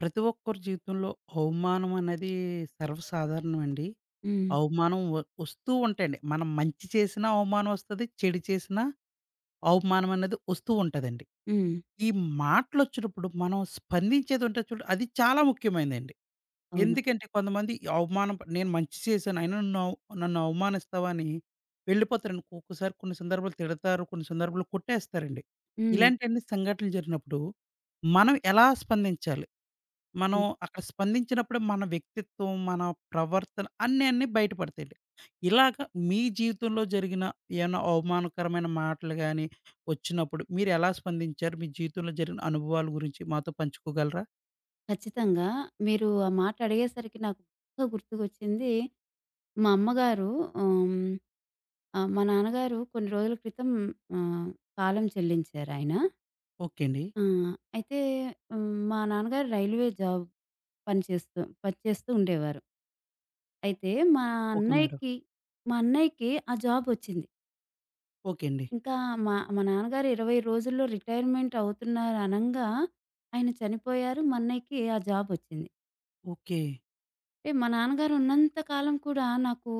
ప్రతి ఒక్కరి జీవితంలో అవమానం అనేది సర్వసాధారణమండి. హ్మ్. అవమానం వస్తూ ఉంటాయండి. మనం మంచి చేసినా అవమానం వస్తది. చెడు చేసినా అవమానం అనేది వస్తూ ఉంటదండి. హ్మ్. ఈ మాటలొచ్చినప్పుడు మనం స్పందించేది ఉంటది చూడు అది చాలా ముఖ్యమైనదండి. అవును. ఎందుకంటే కొంతమంది ఈ అవమానం నేను మంచి చేశాను అయినా నన్ను అవమానిస్తావా అని వెళ్ళిపోతారండి. ఒక్కొక్కసారి కొన్ని సందర్భాలు తిడతారు. కొన్ని సందర్భాల్లో కొట్టేస్తారండి. హ్మ్. ఇలాంటియన్ని సంఘటనలు జరిగినప్పుడు మనం ఎలా స్పందించాలి? మనం హ్మ్. అక్కడ స్పందించినప్పుడే మన వ్యక్తిత్వం, మన ప్రవర్తన అన్నీ అన్నీ బయటపడతాయండి. ఇలాగ మీ జీవితంలో జరిగిన ఏమైనా అవమానకరమైన మాటలు గాని వచ్చినప్పుడు మీరెలా స్పందించారు? మీ జీవితంలో జరిగిన అనుభవాల గురించి మాతో పంచుకోగలరా? ఖచ్చితంగా. మీరు ఆ మాట అడిగేసరికి నాకు బాగా గుర్తుకొచ్చింది. మా అమ్మగారు హ్మ్. మా నాన్నగారు కొన్ని రోజుల క్రితం ఆహ్, కాలం చెల్లించారాయన. ఓకే అండి. ఆ! అయితే మా నాన్నగారు రైల్వే జాబ్ పని చేస్తూ పని చేస్తూ ఉండేవారు. అయితే మా ఓకే మేడం. అన్నయ్యకి మా అన్నయ్యకి ఆ జాబ్ వచ్చింది. ఓకే అండి. ఇంకా మా మా నాన్నగారు 20 రోజుల్లో రిటైర్మెంట్ అవుతున్నారు అనంగా ఆయన చనిపోయారు. మా అన్నయ్యకి ఆ జాబ్ వచ్చింది. ఓకే. అంటే మా నాన్నగారు ఉన్నంత కాలం కూడా నాకు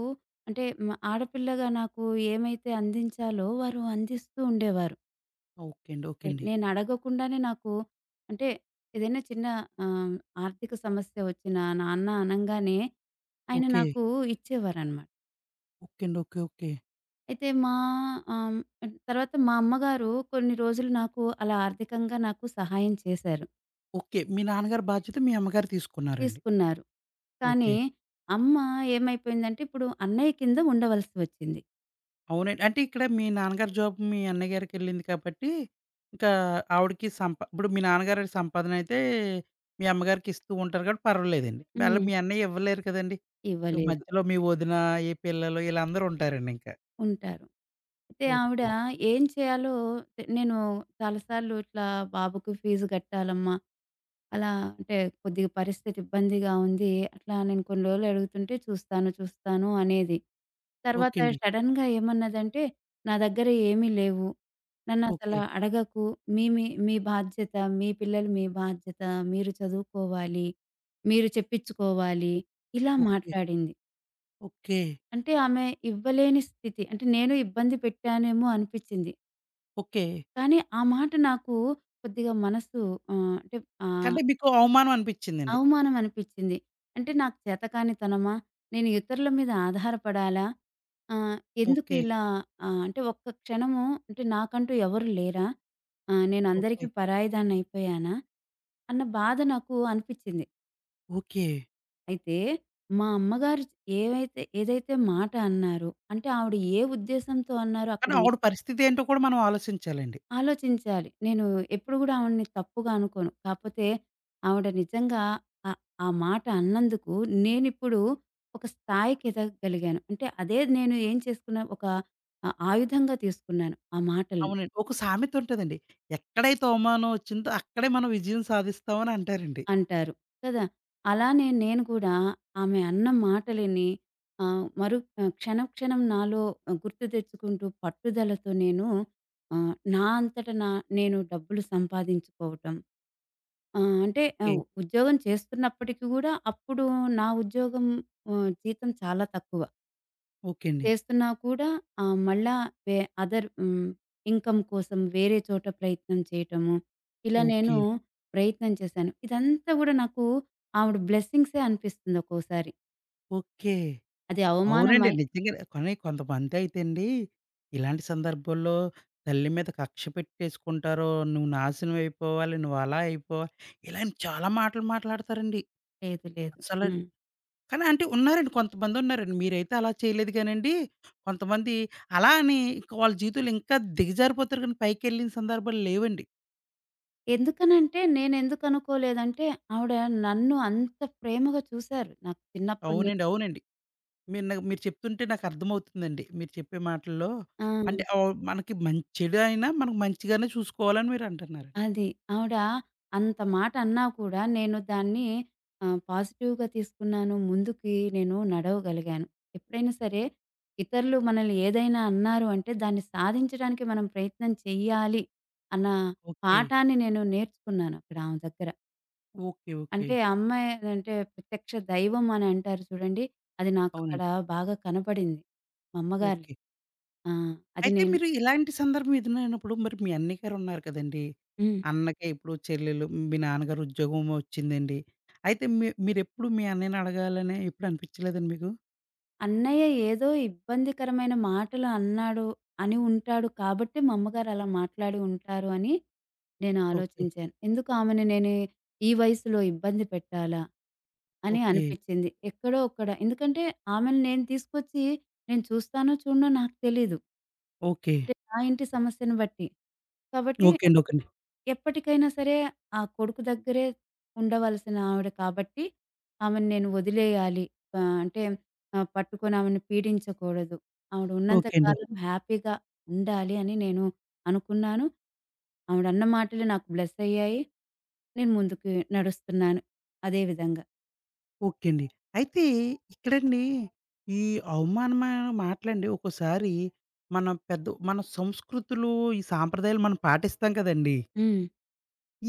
అంటే ఆడపిల్లగా నాకు ఏమైతే అందించాలో వారు అందిస్తూ ఉండేవారు. ఓకే అండి. ఓకే అండి. నేను అడగకుండానే నాకు అంటే ఏదైనా చిన్న ఆహ్, ఆర్థిక సమస్య వచ్చినా, నాన్న అనంగానే ఆయన ఓకే. నాకు ఇచ్చేవారనమాట. ఓకే అండి. ఓకే. ఓకే. అయితే ఆహ్, తర్వాత మా అమ్మగారు కొన్ని రోజులు నాకు అలా ఆర్థికంగా నాకు సహాయం చేశారు. ఓకే. మీ నాన్నగారి బాధ్యత మీ అమ్మగారు తీసుకున్నారండి. తీసుకున్నారు. కానీ ఓకే. అమ్మ ఏమైపోయిందంటే ఇప్పుడు అన్నయ్య కింద ఉండవలసి వచ్చింది. అవునండి. అంటే ఇక్కడ మీ నాన్నగారి జాబ్ మీ అన్నయ్య గారికెళ్ళింది కాబట్టి, ఇంకా ఆవిడకి సంపా ఇప్పుడు మీ నాన్నగారి సంపాదనైతే మీ అమ్మగారికి ఇస్తూ ఉంటారు కాబట్టి పర్వాలేదండి. మళ్ళీ హ్మ్. మీ అన్నయ్య ఇవ్వలేరు కదండీ! ఇవ్వలేరు. మధ్యలో మీ వదిన, ఈ పిల్లలు వీళ్ళందరూ ఉంటారండి ఇంకా. ఉంటారు. అయితే ఆవిడ ఓకే. ఏం చేయాలో నేను చాలా సార్లు ఇట్లా బాబుకి ఫీజు కట్టాలమ్మా. అలా అంటే కొద్దిగా పరిస్థితి ఇబ్బందిగా ఉంది. అట్లా నేను కొన్ని రోజులు అడుగుతుంటే చూస్తాను, చూస్తాను అనేది. తర్వాత ఓకే అండి. సడెన్‌గా ఏమన్నదంటే, "నా దగ్గర ఏమీ లేవు. నన్నసల ఓకే. అడగకు. మీ మీ మీ బాధ్యత. మీ పిల్లలు మీ బాధ్యత. మీరు చదువుకోవాలి. మీరు చెప్పించుకోవాలి." ఇలా ఓకే. మాట్లాడింది. ఓకే. అంటే ఆమె ఇవ్వలేని స్థితి. అంటే నేను ఇబ్బంది పెట్టానేమో అనిపిచ్చింది. ఓకే. కానీ ఆ మాట నాకు కొద్దిగా మనసు అంటే ఆహ్, అంటే మీకు అవమానం అనిపిచ్చిందండి. అవమానం అనిపిచ్చింది. అంటే నాకు చేతకానితనమా? నేను ఇతరుల మీద ఆధారపడాలా? ఆహ్, ఎందుకు ఓకే. ఇలా అంటే ఒక్క క్షణము అంటే నాకంటూ ఎవరు లేరా? నేను ఓకే. అందరికీ పరాయిదాన్నయిపోయానా? అన్న బాధ నాకు అనిపిచ్చింది. ఓకే. అయితే మా అమ్మగారు ఏదైతే మాట అన్నారో అంటే ఆవిడ ఏ ఉద్దేశంతో అన్నారో అక్కడ కానీ ఆవిడ పరిస్థితి ఏంటో కూడా మనం ఆలోచించాలండి. ఆలోచించాలి. నేను ఎప్పుడు గూడా ఆవిడని తప్పుగా అనుకోను. కాపోతే ఆవిడ నిజంగా ఆహ్, ఆ మాట అన్నందుకు నేనిప్పుడు ఒక స్థాయికి ఎదగగలిగాను. అంటే అదే నేను ఏం చేసుకున్నా ఒక ఆయుధంగా తీసుకున్నాను ఆ మాటల్ని అవునండి. ఒక సామెత ఉంటదండి. ఎక్కడైతే అవమానం వచ్చిందో అక్కడే మనం విజయం సాధిస్తాం అని అంటారండి. అంటారు కదా! అలానే నేను కూడా ఆమె అన్న మాటలని క్షణం క్షణం నాలో గుర్తు తెచ్చుకుంటూ పట్టుదలతో నేను నా అంతట నేను డబ్బులు సంపాదించుకోవటం అంటే ఓకే. ఉద్యోగం చేస్తున్నప్పటికి గూడా అప్పుడు నా ఉద్యోగం జీతం చాలా తక్కువ. ఓకే అండి. చేస్తున్నా కూడా మళ్ళా వె అదర్ ఇన్‌కమ్ కోసం వేరే చోట ప్రయత్నం చేయటము. ఇలా నేను ఓకే. ప్రయత్నం చేశాను. ఇదంతా గూడా నాకు ఆవిడ బ్లెస్సింగ్సే అనిపిస్తుంది ఒక్కోసారి. ఓకే. అది అవునండి. అవమానమై నిజంగానే. కానీ కొంతమంది అయితే అండి, ఇలాంటి సందర్భాల్లో తల్లి మీద కక్ష పెట్టేసుకుంటారు. నువ్వు నాశనం అయిపోవాలి, నువ్వు అలా అయిపోవాలి, ఇలాంటి చాలా మాటలు మాట్లాడతారండి. లేదు. లేదు. అస్సలండి. హ్మ్. కానీ అంటే ఉన్నారండి కొంతమంది ఉన్నారండి. మీరైతే అలా చేయలేదు కానండి. కొంతమంది అలా అని ఇంక వాళ్ళ జీవితంలో ఇంకా దిగజారిపోతారు కానీ పైకెళ్ళిన సందర్భాలు లేవండి. ఎందుకనంటే నేనెందుకు అనుకోలేదంటే ఆవిడ నన్ను అంత ప్రేమగా చూసారు. నాకు చిన్నప్పటి నుంచి అవునండి. అవునండి. మీరు చెప్తుంటే నాకు అర్థమవుతుందండి. మీరు చెప్పే మాటల్లో ఆ! అంటే మనకి మంచి చెడు అయినా మనకు మంచిగానే చూసుకోవాలని మీరు అంటున్నారండి. అది. ఆవిడ అంత మాట అన్నా కూడా నేను దాన్ని పాజిటివ్‌గా తీసుకున్నాను. ముందుకి నేను నడవగలిగాను. ఎప్పుడైనా సరే ఇతరులు మనల్ని ఏదైనా అన్నారు అంటే దాన్ని సాధించడానికి మనం ప్రయత్నం చెయ్యాలి అన్న ఓకే. పాఠాన్ని నేను నేర్చుకున్నాను అక్కడ ఆమె దగ్గర. ఓకే. ఓకే. అంటే ఆ అమ్మాయి అంటే ప్రత్యక్ష దైవం అని అంటారు చూడండి. అది నాకక్కడ అవునండి. బాగా కనపడింది. మా అమ్మగారు. ఓకే. ఆ! అది అయితే నేను మీరు ఇలాంటి సందర్భం ఎదురైనప్పుడు మరి మీ అన్నయ్య గారు ఉన్నారు కదండీ! హ్మ్. అన్నకి ఇప్పుడు చెల్లెలు మీ నాన్నగారు ఉద్యోగం వచ్చిందండి. అయితే మీరెప్పుడు మీ అన్నయ్యని అడగాలని ఎప్పుడు అనిపించలేదండి మీకు? అన్నయ్య ఏదో ఇబ్బందికరమైన మాటలు అన్నాడు అని ఉంటాడు కాబట్టి మా అమ్మగారు అలా మాట్లాడి ఉంటారు అని నేను ఓకే. ఆలోచించాను. ఎందుకు ఆమెని నేను ఈ వయసులో ఇబ్బంది పెట్టాలా? అని ఓకే. అనిపిచ్చింది. ఎక్కడో అక్కడ ఎందుకంటే ఆమెని నేను తీసుకొచ్చి నేను చూస్తానో చూడనో నాకు తెలీదు. ఓకే. అంటే నా ఇంటి సమస్యను బట్టి. కాబట్టి ఓకే అండి. ఓకే అండి. ఎప్పటికైనా సరే ఆ కొడుకు దగ్గరే ఉండవలసిన ఆవిడ కాబట్టి, ఆమెను నేను వదిలేయాలి. అంటే పట్టుకొని ఆమెను పీడించకూడదు. ఆవిడ ఉన్నంత ఓకే అండి. కాలం హ్యాపీగా ఉండాలి అని నేను అనుకున్నాను. ఆవిడ అన్న మాటలు నాకు బ్లెస్ అయ్యాయి. నేను ముందుకు నడుస్తున్నాను అదే విధంగా. ఓకే అండి. అయితే ఇక్కడండి ఈ అవమానమైన మాటలండి ఒక్కోసారి మన పెద్ద మన సంస్కృతులు, ఈ సాంప్రదాయాలు మనం పాటిస్తాం కదండీ! హ్మ్.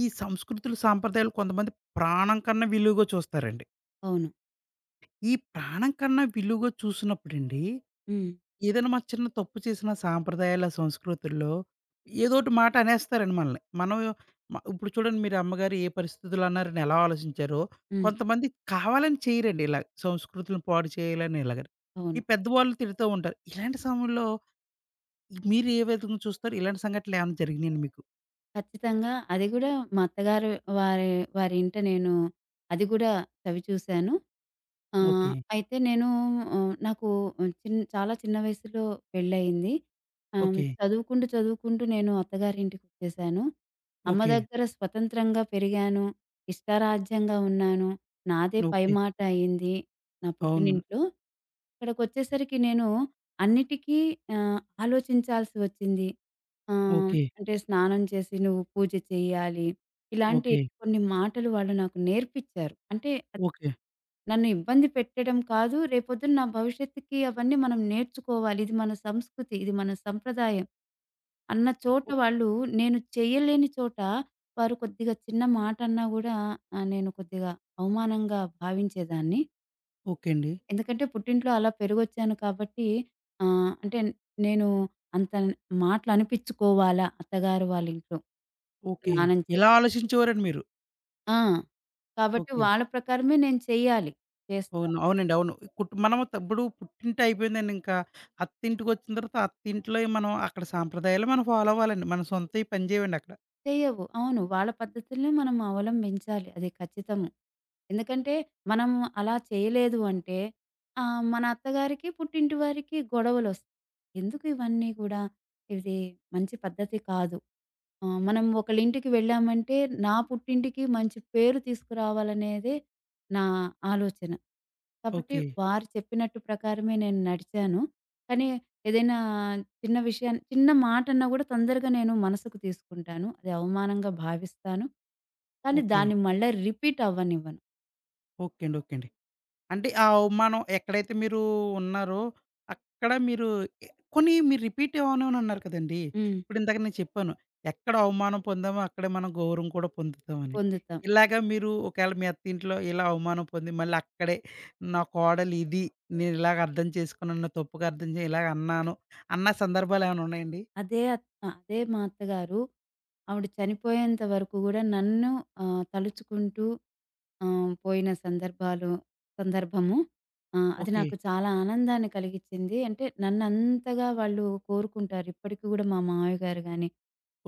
ఈ సంస్కృతులు, సాంప్రదాయాలు కొంతమంది ప్రాణం కన్నా విలువగా చూస్తారండి. అవును. ఈ ప్రాణం కన్నా విలువగా చూసినప్పుడండి, హ్మ్. ఏదైనా మనం చిన్న తప్పు చేసిన సాంప్రదాయాల, సంస్కృతుల్లో ఏదోటి మాట అనేస్తారండి మనల్ని. మనం ఇప్పుడు చూడండి మీరు అమ్మగారు ఏ పరిస్థితుల్లో అన్నారని ఎలా ఆలోచించారో, హ్మ్. కొంతమంది కావాలని చేయరండి ఇలా. సంస్కృతులను పాడు చేయాలని ఇలాగని. ఈ అవును. పెద్దవాళ్ళు తిడుతూ ఉంటారు. ఇలాంటి సమయంలో మీరు ఏ విధంగా చూస్తారు? ఇలాంటి సంఘటనలు ఏమైనా జరిగినాయండి మీకు? ఖచ్చితంగా. అది గూడా మా అత్తగారు వారి వారి ఇంట నేను అది గూడా చవి చూశాను. ఓకే. అయితే నేను నాకు చాలా చిన్న వయసులో పెళ్లయింది. ఓకే. చదువుకుంటూ, చదువుకుంటూ నేను అత్తగారింటికొచ్చేశాను. అమ్మ ఓకే. దగ్గర స్వతంత్రంగా పెరిగాను. ఇష్టారాజ్యంగా ఉన్నాను. నాదే ఓకే. పైమాట అయింది. నా అవును. పుట్టినింట్లో. ఇక్కడికొచ్చేసరికి నేను అన్నిటికీ ఆహ్, ఆలోచించాల్సి వచ్చింది. ఆహ్ ఓకే. అంటే స్నానం చేసి నువ్వు పూజ చేయాలి. ఇలాంటి ఓకే. కొన్ని మాటలు వాళ్ళు నాకు నేర్పిచ్చారు. అంటే అది ఓకే. నన్ను ఇబ్బంది పెట్టడం కాదు. రేపొద్దున నా భవిష్యత్తుకి అవన్నీ మనం నేర్చుకోవాలి. ఇది మన సంస్కృతి. ఇది మన సంప్రదాయం అన్న చోట ఓ వాళ్ళు నేను చేయలేని చోట వారు కొద్దిగా చిన్న మాట అన్నా గూడా నేను కొద్దిగా అవమానంగా భావించేదాన్ని. ఓకే అండి. ఎందుకంటే పుట్టింట్లో అలా పెరిగొచ్చాను కాబట్టి అంటే నేను అంత మాటలనిపించుకోవాలా అత్తగారు వాళ్ళింట్లో. ఓకే. నాన్నని చేత. ఇలా ఆలోచించేవారండి మీరు. ఆ! కాబట్టి ఓకే. వాళ్ళ ప్రకారమే నేను చెయ్యాలి. అవును. చేస్తాను. అవునండి. అవును. కుట్ మనం ఇప్పుడు పుట్టింటి అయిపోయిందండింకా. అత్తింటికొచ్చిన తర్వాత అత్తింట్లోయి మనం అక్కడ సాంప్రదాయాలు మనం ఫాలో అవ్వాలండి. మన సొంతయి పని చేయవండక్కడ. చెయ్యవు. అవును. వాళ్ళ పద్ధతులనే మనం అవలంబించాలి. అది ఖచ్చితము. ఎందుకంటే మనం అలా చేయలేదు అంటే మన అత్తగారికి, పుట్టింటి వారికి గొడవలొస్తాయి. ఎందుకు ఇవన్నీ కూడా? ఇది మంచి పద్ధతి కాదు. ఆ! మనం ఒకళ్ళింటికి వెళ్ళామంటే, నా పుట్టింటికి మంచి పేరు తీసుకురావాలనేదే నా ఆలోచన. కాబట్టి ఓకే. వారు చెప్పినట్టు ప్రకారమే నేను నడిచాను. కానీ ఏదైనా చిన్న విషయాన్ని చిన్న మాటన్నా గూడా తొందరగా నేను మనసుకు తీసుకుంటాను. అది అవమానంగా భావిస్తాను. కానీ ఓకే. దాన్ని మళ్ళా రిపీట్ అవ్వనివ్వను. ఓకే అండి. ఓకే అండి. అంటే ఆ అవమానం ఎక్కడైతే మీరు ఉన్నారో, అక్కడ మీరు ఎ కొన్ని మీరు రిపీట్ అవ్వనని అన్నారు కదండీ! హ్మ్. ఇప్పుడు ఇందాక నేను చెప్పాను. ఎక్కడ అవమానం పొందామో అక్కడే మనం గౌరవం కూడా పొందుతామని. పొందుతాం. ఇలాగ మీరు ఒకవేళ మీ అత్తింట్లో ఇలా అవమానం పొంది మళ్ళీ అక్కడే నా కోడలు ఇది. నేను ఇలాగ అర్థం చేసుకున్నాను. తప్పుగా అర్థం ఇలాగ అన్నాను. అన్న సందర్భాలేమైనా ఉన్నాయండి? అదే అత్ అదే మా అత్తగారు ఆవిడ చనిపోయేంత వరకు గూడా నన్ను తలుచుకుంటూ పోయిన సందర్భము అది ఓకే. నాకు చాలా ఆనందాన్ని కలిగిచ్చింది. అంటే నన్నంతగా వాళ్ళు కోరుకుంటారు. ఇప్పటికి గూడా మా మామయ్య గారు గాని,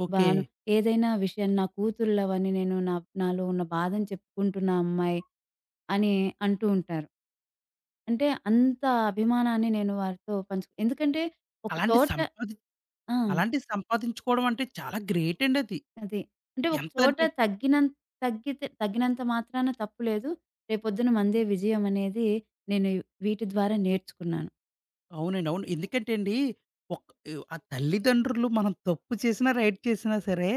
ఓకే. బాను ఏదైనా విషయం నా కూతుళ్ళవని నేను నాలో ఉన్న బాధను చెప్పుకుంటున్నా అమ్మాయి అని అంటూ ఉంటారు. అంటే అంత అభిమానాన్ని నేను వారితో పంచుకు ఎందుకంటే ఒక అలాంటి తోట సంపాది ఆ! అలాంటివి సంపాదించుకోవడం అంటే చాలా గ్రేట్ అండి అది. అది. అంటే ఒక ఎంత చోట అంటే తగ్గినంత తగ్గితే తగ్గినంత మాత్రాన తప్పు లేదు. రేపొద్దున మందే విజయం అనేది నేను వీటి ద్వారా నేర్చుకున్నాను. అవునండి. అవును. ఎందుకంటే అండి, ఆ తల్లిదండ్రులు మనం తప్పు చేసినా, రైట్ చేసినా సరే,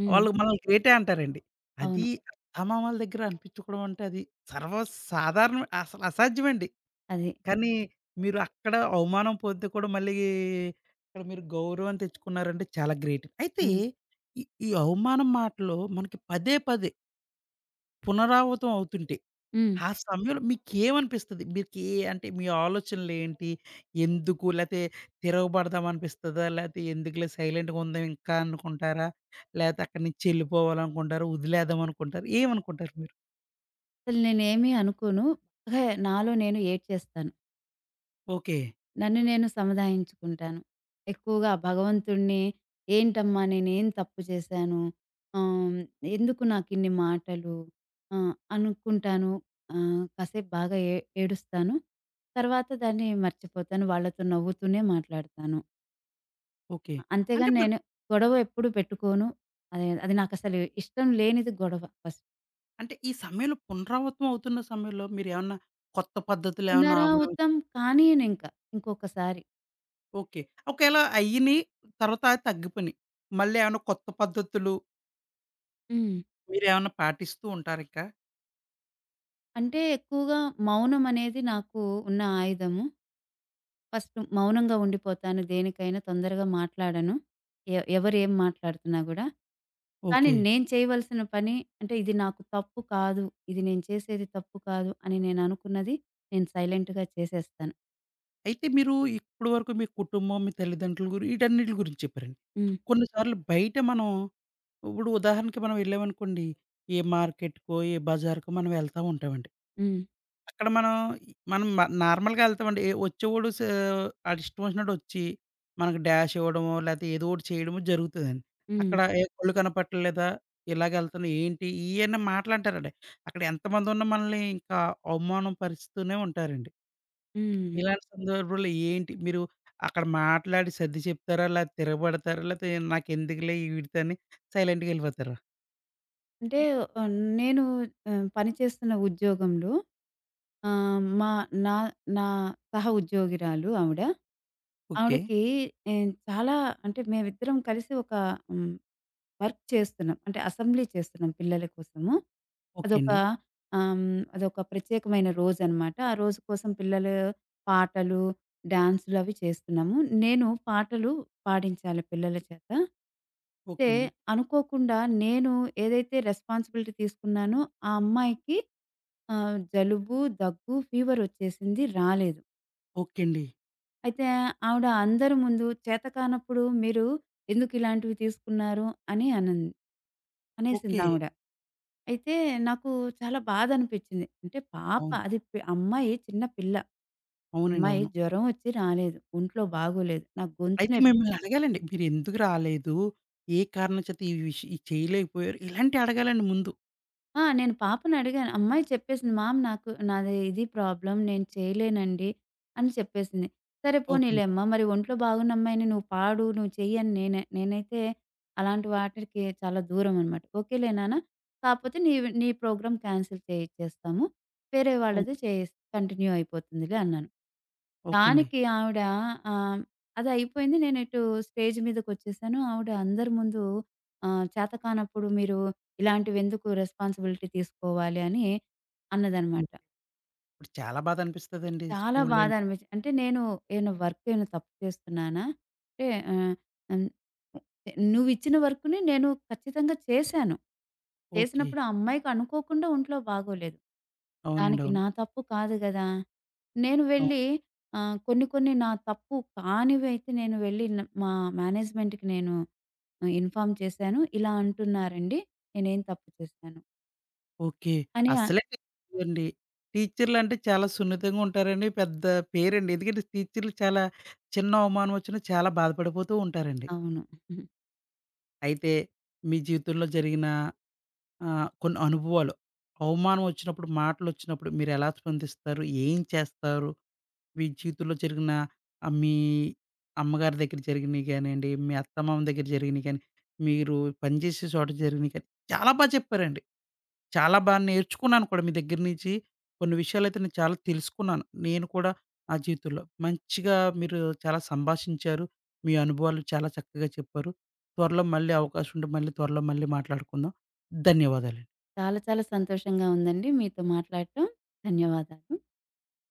హ్మ్. వాళ్ళు మనల్ని గ్రేటే అంటారండి. అవును. అది అత్తమామల దగ్గర అనిపించుకోవడం అంటే అది సర్వసాధారణం. అసలు అసాధ్యమండి. అది. కానీ మీరు అక్కడ అవమానం పొంది కూడా మళ్ళీ ఇక్కడ మీరు గౌరవం తెచ్చుకున్నారంటే చాలా గ్రేట్. అయితే హ్మ్. ఈ, ఈ అవమానం మాటలు మనకి పదే పదే పునరావృతం అవుతుంటాయి. హ్మ్. ఆ సమయంలో మీకేమనిపిస్తది? అంటే మీ ఆలోచనలేంటి? ఎందుకు? లేతే తిరగబడదాం అనిపిస్తదా? లేతే ఎందుకులే సైలెంట్‌గా ఉందాం ఇంకా అనుకుంటారా? లేతే అక్కడి నుంచి ఎళ్ళిపోవాలనుకుంటారా? వదిలేద్దాం అనుకుంటారా? ఏమనుకుంటారు మీరు? అసలు నేనేమి అనుకోను. బాగా నాలో నేను ఏడ్చేస్తాను. ఓకే. నన్ను నేను సముదాయించుకుంటాను. ఎక్కువగా భగవంతుడిని ఏంటమ్మా నేనేం తప్పు చేశాను? ఆహ్, ఎందుకు నాకిన్ని మాటలు? అనుకుంటాను. కాసేపు బాగా ఏడుస్తాను. తర్వాత దాన్ని మర్చిపోతాను. వాళ్ళతో నవ్వుతూనే మాట్లాడతాను. ఓకే. అంటే అంతేగాని మరి నేను గొడవ ఎప్పుడు పెట్టుకోను. అది అది నాకసలు ఇష్టం లేనిది గొడవ ఫస్ట్. అంటే ఈ సమయంలో పునరావృతం అవుతున్న సమయంలో మీరేమన్నా కొత్త పద్ధతులేమన్నా ఉన్నారా అవలం ఉత్తమ్ కానీయనింక ఇంకొకసారి. ఓకే. ఒకేళ అయ్యినియి తర్వాత తగ్గిపోయినియి. మళ్ళీ ఏమన్నా కొత్త పద్ధతులు హ్మ్. మీరేమన్నా పాటిస్తూ ఉంటారిక? అంటే ఎక్కువగా మౌనం అనేది నాకు ఉన్న ఆయుధము. ఫస్ట్ మౌనంగా ఉండిపోతాను. దేనికైనా తొందరగా మాట్లాడను. ఎవరేం మాట్లాడుతున్నా గూడా. కానీ ఓకే. నేను చేయవలసిన పని అంటే ఇది నాకు తప్పు కాదు. ఇది నేను చేసేది తప్పు కాదు అని నేను అనుకున్నది నేను సైలెంట్‌గా చేసేస్తాను. అయితే మీరు ఇప్పుడు వరకు మీ కుటుంబం, మీ తల్లిదండ్రుల ఈటన్నిటి గురించి చెప్పారండి. హ్మ్. కొన్నిసార్లు బయట మనం ఇప్పుడు ఉదాహరణకి మనం వెళ్ళామనుకోండి, ఏ మార్కెట్‌కో, ఏ బజార్‌కో మనం వెళ్తా ఉంటామండి. హ్మ్. అక్కడ మనం మనం మ నార్మల్‌గా వెళ్తామండి. ఏ వచ్చేవాడు ఆడిష్టం వచ్చినట్టు వచ్చి, మనకు డాష్ ఇవ్వడమో, లేతే ఏదో ఒకటి చేయడమో జరుగుతదండి. హ్మ్. అక్కడ ఏ కళ్ళు కనపట్టలేదా? ఇలాగెళ్తున్నా ఏంటి? ఇయన్నీ మాటలంటారండి. అక్కడ ఎంతమందున్నా మనల్ని ఇంకా అవమానం పరుస్తూనే ఉంటారండి. హ్మ్. ఇలాంటి సందర్భంలో ఏంటి మీరు అక్కడ మాట్లాడి సర్ది చెప్తారా? లేతే తిరగబడతారా? లేతే నాకెందుకులే వీడితో అని సైలెంట్‌గా ఎళ్ళిపోతారా? అంటే ఆహ్, నేను పనిచేస్తున్న ఉద్యోగంలో ఆహ్, మా నా నా సహ ఉద్యోగిరాలు ఆవిడ. ఓకే. ఆవిడకి ఎ చాలా అంటే మేమిద్దరం కలిసి ఒక హ్మ్. వర్క్ చేస్తున్నాం. అంటే అసెంబ్లీ చేస్తున్నాం పిల్లల కోసము. ఓకే అదొక అండి. అదొక ప్రత్యేకమైన రోజనమాట. ఆ రోజు కోసం పిల్లలు పాటలు, డాన్సులు అవి చేస్తున్నాము. నేను పాటలు పాడించాలి పిల్లల చేత. అయితే ఓకే అండి. అనుకోకుండా నేను ఏదైతే రెస్పాన్సిబిలిటీ తీసుకున్నానో ఆ అమ్మాయికి జలుబు, దగ్గు, ఫీవరొచ్చేసింది రాలేదు. ఓకే అండి. అయితే ఆవిడ అందరి ముందు చేతకానప్పుడు మీరు ఎందుకు ఇలాంటివి తీసుకున్నారు అని అనింది. ఓకే. అనేసిందావిడ. అయితే నాకు చాలా బాధ అనిపించింది. అంటే పాప అవును. అది అమ్మాయి చిన్న పిల్ల. అవునండి. అమ్మాయి అవును. జ్వరం వచ్చి రాలేదు. ఒంట్లో బాగోలేదు. నా అయితే గొంతునే మిమ్మల్ని అడగాలండి. మీరెందుకు రాలేదు? ఏ కారణం చేత ఈ ఇది చేయలేకపోయారు? ఇలాంటివి అడగాలండి ముందు. నేను పాపనడిగాను. అమ్మాయి చెప్పేసింది, "మామ్ నాకు నాది ఇది ప్రాబ్లమ్. నేను చేయలేనండి" అని చెప్పేసింది. సరే ఓకే. పోనీలే అమ్మ, మరి ఒంట్లో బాగున్న అమ్మాయిని నువ్వు పాడు, నువ్వు చెయ్యి అని నేనే నేనైతే అలాంటి వాటికి చాలా దూరం అనమాట. "ఓకేలే నాన్న, కాపోతే నీవి నీ ప్రోగ్రామ్ క్యాన్సిల్ చేయిచ్చేస్తాము. వేరే ఓ వాళ్ళది చేయిస్ కంటిన్యూ అయిపోతుందిలే" అన్నాను. ఓకే అండి. దానికి ఆవిడ ఆహ్, అది అయిపోయింది. నేను ఇటు స్టేజ్ మీదకొచ్చేసాను. ఆవిడ అందరి ముందు చేతకానప్పుడు మీరు ఇలాంటివెందుకు రెస్పాన్సిబిలిటీ తీసుకోవాలి అని అన్నదనమాట. ఇప్పుడు చాలా బాధ అనిపిస్తదండి చాలా స్కూల్ బాధ అంటే. అనిపించింది. అంటే నేను ఏమైనా వర్క్ ఏమైనా తప్పు చేస్తున్నానా? అంటే ఆహ్, హ్మ్. నువ్విచ్చిన వర్క్‌ని నేను ఖచ్చితంగా చేశాను. ఓకే. చేసినప్పుడు ఆ అమ్మాయికి అనుకోకుండా ఒంట్లో బాగోలేదు. అవునండి. దానికి అవును. నా తప్పు కాదు గదా! నేను అవును. వెళ్ళి కొన్ని కొన్ని నా తప్పు కానివైతే నేను వెళ్ళి మా మేనేజ్మెంట్‌కి నేను ఇన్ఫార్మ్ చేశాను. ఇలా అంటున్నారండి. నేనేం తప్పు చేశాను ఓకే. అని. అస్సలే అండి. టీచర్లంటే చాలా సున్నితంగా ఉంటారని పెద్ద పేరండి. ఎందుకంటే టీచర్లు చాలా చిన్న అవమానం వచ్చినా చాలా బాధపడిపోతూ ఉంటారండి. అవును. అయితే మీ జీవితంలో జరిగిన కొన్ని అనుభవాలు, అవమానం వచ్చినప్పుడు, మాటలొచ్చినప్పుడు మీరెలా స్పందిస్తారు? ఏం చేస్తారు? మీ జీవితంలో జరిగిన మీ అమ్మగారి దగ్గర జరిగినయి గానియండి, మీ అత్తమామ దగ్గర జరిగినయి గాని, మీరు పనిచేసే చోట జరిగినయి గాని చాలా బా చెప్పారండి. చాలా బా నేర్చుకున్నాను కూడా మీ దగ్గర నుంచి. కొన్ని విషయాలైతే నేను చాలా తెలుసుకున్నాను. నేను కూడా నా జీవితంలో. మంచిగా మీరు చాలా సంభాషించారు. మీ అనుభవాలు చాలా చక్కగా చెప్పారు. త్వరలో మళ్ళీ అవకాశం ఉంటే మళ్ళీ త్వరలో మళ్ళీ మాట్లాడుకుందాం. ధన్యవాదాలు. చాలా చాలా సంతోషంగా ఉందండి మీతో మాట్లాడటం. ధన్యవాదాలు.